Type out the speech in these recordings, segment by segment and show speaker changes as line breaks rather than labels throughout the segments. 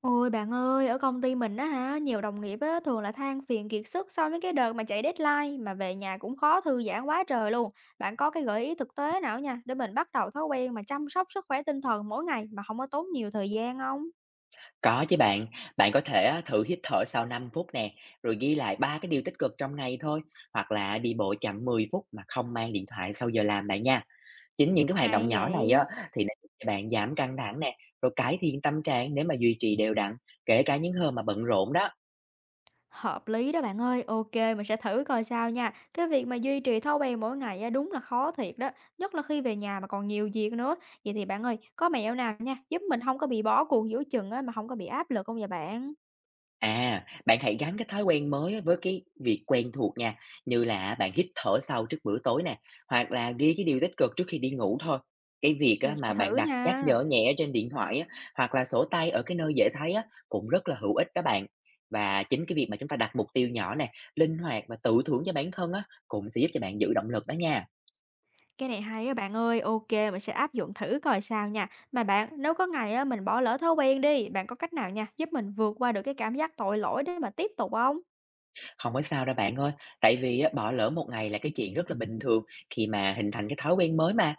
Ôi bạn ơi, ở công ty mình á hả, nhiều đồng nghiệp á, thường là than phiền kiệt sức sau mấy cái đợt mà chạy deadline mà về nhà cũng khó thư giãn quá trời luôn. Bạn có cái gợi ý thực tế nào nha để mình bắt đầu thói quen mà chăm sóc sức khỏe tinh thần mỗi ngày mà không có tốn nhiều thời gian không?
Có chứ bạn, bạn có thể á, thử hít thở sau 5 phút nè, rồi ghi lại ba cái điều tích cực trong ngày thôi, hoặc là đi bộ chậm 10 phút mà không mang điện thoại sau giờ làm bạn nha. Chính những cái hoạt động
Hay
nhỏ này á
vậy.
thì nó giúp cho bạn giảm căng thẳng nè, rồi cải thiện tâm trạng nếu mà duy trì đều đặn, kể cả những hôm mà bận rộn đó.
Hợp lý đó bạn ơi, ok mình sẽ thử coi sao nha. Cái việc mà duy trì thói quen mỗi ngày á, đúng là khó thiệt đó, nhất là khi về nhà mà còn nhiều việc nữa. Vậy thì bạn ơi, có mẹo nào nha, giúp mình không có bị bỏ cuộc giữa chừng á, mà không có bị áp lực không vậy bạn?
À, bạn hãy gắn cái thói quen mới á với cái việc quen thuộc nha, như là bạn hít thở sâu trước bữa tối nè, hoặc là ghi cái điều tích cực trước khi đi ngủ thôi. Cái việc
Mình
á
sẽ
mà bạn
thử
đặt nhắc
nha.
nhở nhẹ trên điện thoại á, hoặc là sổ tay ở cái nơi dễ thấy á, cũng rất là hữu ích đó bạn. Và chính cái việc mà chúng ta đặt mục tiêu nhỏ nè, linh hoạt và tự thưởng cho bản thân á, cũng sẽ giúp cho bạn giữ động lực đó nha.
Cái này hay á bạn ơi, ok mình sẽ áp dụng thử coi sao nha. Mà bạn, nếu có ngày á mình bỏ lỡ thói quen đi, bạn có cách nào nha, giúp mình vượt qua được cái cảm giác tội lỗi để mà tiếp tục không?
Không có sao đâu bạn ơi, tại vì á, bỏ lỡ một ngày là cái chuyện rất là bình thường khi mà hình thành cái thói quen mới mà.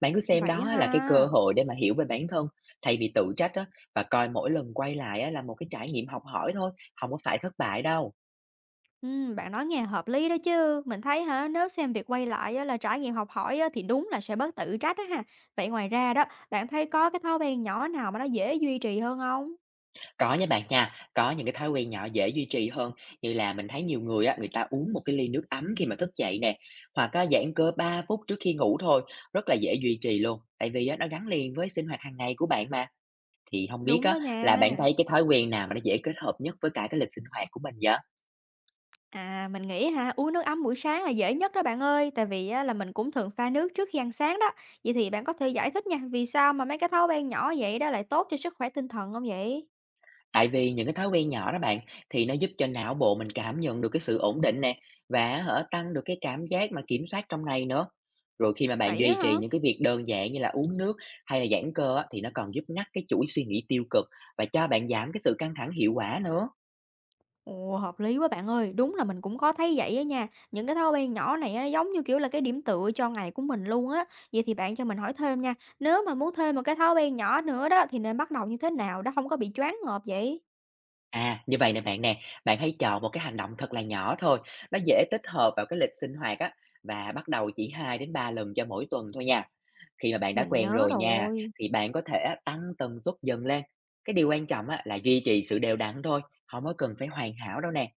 Bạn cứ xem
Vậy á
đó là cái cơ
ha.
hội để mà hiểu về bản thân thay vì tự trách á, và coi mỗi lần quay lại á, là một cái trải nghiệm học hỏi thôi, không có phải thất bại đâu.
Bạn nói nghe hợp lý đó chứ. Mình thấy hả, nếu xem việc quay lại á là trải nghiệm học hỏi á thì đúng là sẽ bớt tự trách á ha. Vậy ngoài ra đó, bạn thấy có cái thói quen nhỏ nào mà nó dễ duy trì hơn không?
Có nha bạn nha, có những cái thói quen nhỏ dễ duy trì hơn, như là mình thấy nhiều người á, người ta uống một cái ly nước ấm khi mà thức dậy nè, hoặc á, giãn cơ 3 phút trước khi ngủ thôi, rất là dễ duy trì luôn, tại vì á, nó gắn liền với sinh hoạt hàng ngày của bạn mà. Thì không biết
Đúng
á,
đó
là
nha.
bạn thấy cái thói quen nào mà nó dễ kết hợp nhất với cả cái lịch sinh hoạt của mình vậy?
À, mình nghĩ hả, uống nước ấm buổi sáng là dễ nhất đó bạn ơi, tại vì á, là mình cũng thường pha nước trước khi ăn sáng đó. Vậy thì bạn có thể giải thích nha, vì sao mà mấy cái thói quen nhỏ vậy đó lại tốt cho sức khỏe tinh thần không vậy?
Tại vì những cái thói quen nhỏ đó bạn, thì nó giúp cho não bộ mình cảm nhận được cái sự ổn định nè, và hở tăng được cái cảm giác mà kiểm soát trong này nữa. Rồi khi mà bạn
Vậy á
duy
hả?
trì những cái việc đơn giản như là uống nước hay là giãn cơ á, thì nó còn giúp ngắt cái chuỗi suy nghĩ tiêu cực và cho bạn giảm cái sự căng thẳng hiệu quả nữa.
Ồ, hợp lý quá bạn ơi, đúng là mình cũng có thấy vậy á nha. Những cái thói quen nhỏ này á, giống như kiểu là cái điểm tựa cho ngày của mình luôn á. Vậy thì bạn cho mình hỏi thêm nha, nếu mà muốn thêm một cái thói quen nhỏ nữa đó thì nên bắt đầu như thế nào đó không có bị choáng ngợp vậy?
À, như vậy nè, bạn hãy chọn một cái hành động thật là nhỏ thôi, nó dễ tích hợp vào cái lịch sinh hoạt á, và bắt đầu chỉ 2 đến 3 lần cho mỗi tuần thôi nha. Khi mà bạn đã
Mình
quen
nhớ
rồi nha,
rồi.
thì bạn có thể á tăng tần suất dần lên. Cái điều quan trọng á là duy trì sự đều đặn thôi, không có cần phải hoàn hảo đâu nè.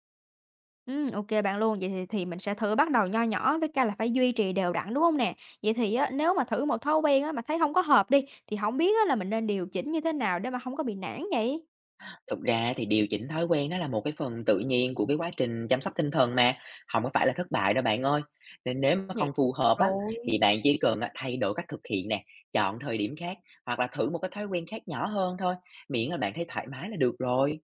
Ô bạn luôn. Vậy thì mình sẽ thử bắt đầu nho nhỏ với cái là phải duy trì đều đặn, đúng không nè? Vậy thì á, nếu mà thử một thói quen á mà thấy không có hợp đi, thì không biết á là mình nên điều chỉnh như thế nào để mà không có bị nản vậy?
Thực ra thì điều chỉnh thói quen nó là một cái phần tự nhiên của cái quá trình chăm sóc tinh thần mà, không có phải là thất bại đâu bạn ơi. Nên nếu mà
Vậy
không phù hợp á,
rồi.
thì bạn chỉ cần á thay đổi cách thực hiện nè, chọn thời điểm khác, hoặc là thử một cái thói quen khác nhỏ hơn thôi, miễn là bạn thấy thoải mái là được rồi.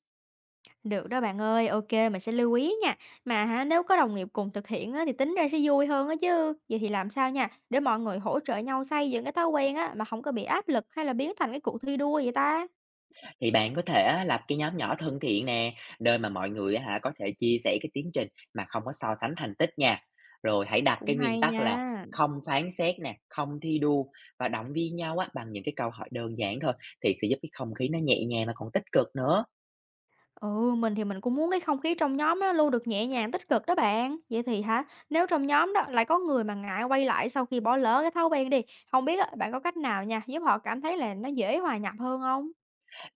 Được đó bạn ơi, ok mình sẽ lưu ý nha. Mà hả, nếu có đồng nghiệp cùng thực hiện á thì tính ra sẽ vui hơn á chứ. Vậy thì làm sao nha, để mọi người hỗ trợ nhau xây dựng cái thói quen á, mà không có bị áp lực hay là biến thành cái cuộc thi đua vậy ta?
Thì bạn có thể á, lập cái nhóm nhỏ thân thiện nè, nơi mà mọi người á hả có thể chia sẻ cái tiến trình mà không có so sánh thành tích nha. Rồi hãy đặt
Cũng
cái nguyên
hay
tắc là
nha.
không phán xét nè, không thi đua và động viên nhau á bằng những cái câu hỏi đơn giản thôi thì sẽ giúp cái không khí nó nhẹ nhàng mà còn tích cực nữa.
Ừ, mình thì mình cũng muốn cái không khí trong nhóm nó luôn được nhẹ nhàng tích cực đó bạn. Vậy thì hả, nếu trong nhóm đó lại có người mà ngại quay lại sau khi bỏ lỡ cái thói quen đi, không biết á, bạn có cách nào nha, giúp họ cảm thấy là nó dễ hòa nhập hơn không?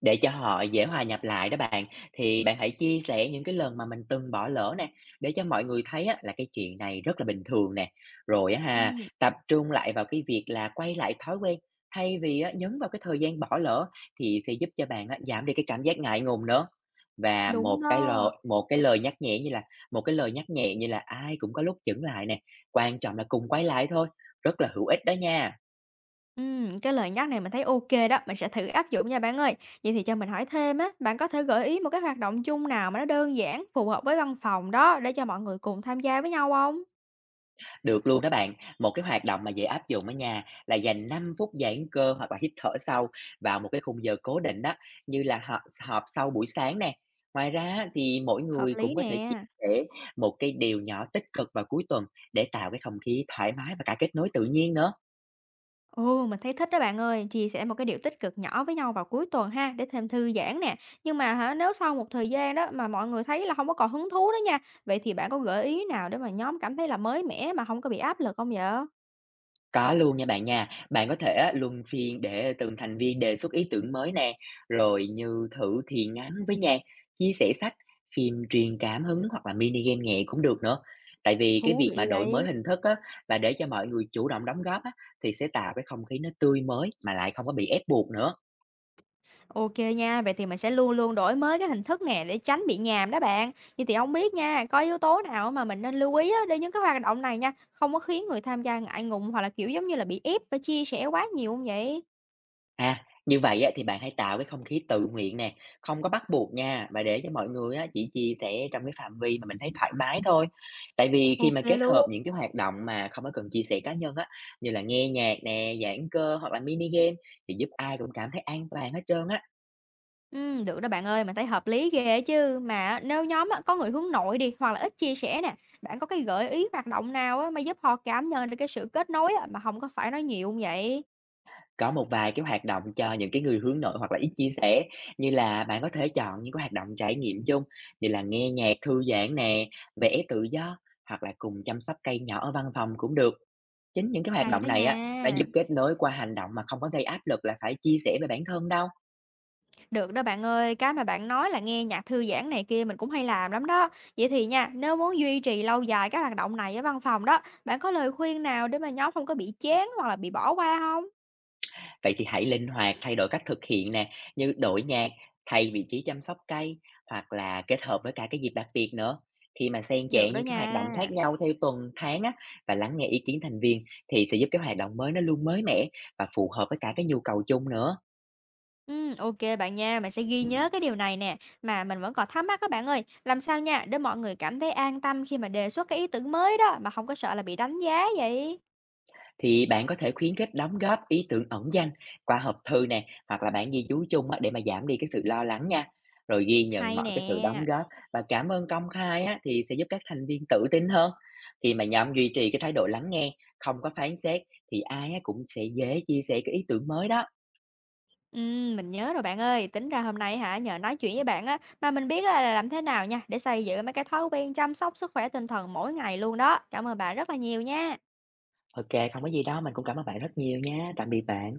Để cho họ dễ hòa nhập lại đó bạn, thì bạn hãy chia sẻ những cái lần mà mình từng bỏ lỡ nè, để cho mọi người thấy á, là cái chuyện này rất là bình thường nè. Rồi á
Ừ,
ha, tập trung lại vào cái việc là quay lại thói quen, thay vì á, nhấn vào cái thời gian bỏ lỡ thì sẽ giúp cho bạn á, giảm đi cái cảm giác ngại ngùng nữa. Và
đúng đó.
một cái lời nhắc nhẹ như là ai cũng có lúc chững lại nè, quan trọng là cùng quay lại thôi, rất là hữu ích đó nha.
Ừ, cái lời nhắc này mình thấy ok đó, mình sẽ thử áp dụng nha bạn ơi. Vậy thì cho mình hỏi thêm á, bạn có thể gợi ý một cái hoạt động chung nào mà nó đơn giản, phù hợp với văn phòng đó để cho mọi người cùng tham gia với nhau không?
Được luôn đó bạn. Một cái hoạt động mà dễ áp dụng ở nhà là dành 5 phút giãn cơ hoặc là hít thở sâu vào một cái khung giờ cố định đó, như là họp họp sau buổi sáng nè. Ngoài ra á, thì mỗi
Hợp
người
lý
cũng có thể chia
nè.
sẻ một cái điều nhỏ tích cực vào cuối tuần để tạo cái không khí thoải mái và cả kết nối tự nhiên nữa.
Ồ, mình thấy thích đó bạn ơi, chia sẻ một cái điều tích cực nhỏ với nhau vào cuối tuần ha, để thêm thư giãn nè. Nhưng mà hả, nếu sau một thời gian đó mà mọi người thấy là không có còn hứng thú đó nha, vậy thì bạn có gợi ý nào để mà nhóm cảm thấy là mới mẻ mà không có bị áp lực không vậy?
Có luôn nha. Bạn có thể á, luân phiên để từng thành viên đề xuất ý tưởng mới nè, rồi như thử thiền ngắn với nhạc, chia sẻ sách, phim truyền cảm hứng hoặc là mini game nhẹ cũng được nữa. Tại vì cái
Thú
việc mà
vị
đổi mới
vậy.
hình thức á, và để cho mọi người chủ động đóng góp á, thì sẽ tạo cái không khí nó tươi mới mà lại không có bị ép buộc nữa.
Ok nha, vậy thì mình sẽ luôn luôn đổi mới cái hình thức nè để tránh bị nhàm đó bạn. Vậy thì không biết nha, có yếu tố nào mà mình nên lưu ý á, để những cái hoạt động này nha, không có khiến người tham gia ngại ngùng hoặc là kiểu giống như là bị ép phải chia sẻ quá nhiều không vậy?
À, như vậy á, thì bạn hãy tạo cái không khí tự nguyện nè, không có bắt buộc nha, và để cho mọi người á, chỉ chia sẻ trong cái phạm vi mà mình thấy thoải mái thôi. Tại vì khi
Ok
mà kết
luôn.
hợp những cái hoạt động mà không có cần chia sẻ cá nhân á, như là nghe nhạc nè, giãn cơ hoặc là mini game thì giúp ai cũng cảm thấy an toàn hết trơn á.
Được đó bạn ơi, mình thấy hợp lý ghê chứ. Mà nếu nhóm á, có người hướng nội đi hoặc là ít chia sẻ nè, bạn có cái gợi ý hoạt động nào á, mà giúp họ cảm nhận được cái sự kết nối á, mà không có phải nói nhiều hông vậy?
Có một vài cái hoạt động cho những cái người hướng nội hoặc là ít chia sẻ, như là bạn có thể chọn những cái hoạt động trải nghiệm chung như là nghe nhạc thư giãn nè, vẽ tự do hoặc là cùng chăm sóc cây nhỏ ở văn phòng cũng được. Chính những cái hoạt
Hay đó
động này á, đã
nha.
giúp kết nối qua hành động mà không có gây áp lực là phải chia sẻ về bản thân đâu.
Được đó bạn ơi, cái mà bạn nói là nghe nhạc thư giãn này kia mình cũng hay làm lắm đó. Vậy thì nha, nếu muốn duy trì lâu dài các hoạt động này ở văn phòng đó, bạn có lời khuyên nào để mà nhóm không có bị chán hoặc là bị bỏ qua không?
Vậy thì hãy linh hoạt thay đổi cách thực hiện nè, như đổi nhạc, thay vị trí chăm sóc cây hoặc là kết hợp với cả cái dịp đặc biệt nữa. Khi mà xen kẽ
Được đó
những cái hoạt động
nha.
khác nhau theo tuần, tháng á và lắng nghe ý kiến thành viên thì sẽ giúp cái hoạt động mới nó luôn mới mẻ và phù hợp với cả cái nhu cầu chung nữa.
Ok bạn nha, mình sẽ ghi nhớ cái điều này nè. Mà mình vẫn còn thắc mắc các bạn ơi, làm sao nha để mọi người cảm thấy an tâm khi mà đề xuất cái ý tưởng mới đó, mà không có sợ là bị đánh giá vậy?
Thì bạn có thể khuyến khích đóng góp ý tưởng ẩn danh qua hộp thư nè, hoặc là bản ghi chú chung á, để mà giảm đi cái sự lo lắng nha. Rồi ghi nhận
Hay
mọi cái sự đóng
nè.
góp và cảm ơn công khai á, thì sẽ giúp các thành viên tự tin hơn. Khi mà nhóm duy trì cái thái độ lắng nghe, không có phán xét thì ai á, cũng sẽ dễ chia sẻ cái ý tưởng mới đó.
Mình nhớ rồi bạn ơi, tính ra hôm nay hả, nhờ nói chuyện với bạn á, mà mình biết á là làm thế nào nha để xây dựng mấy cái thói quen chăm sóc sức khỏe tinh thần mỗi ngày luôn đó. Cảm ơn bạn rất là nhiều nha.
Ok, không có gì đâu, mình cũng cảm ơn bạn rất nhiều nha. Tạm biệt bạn.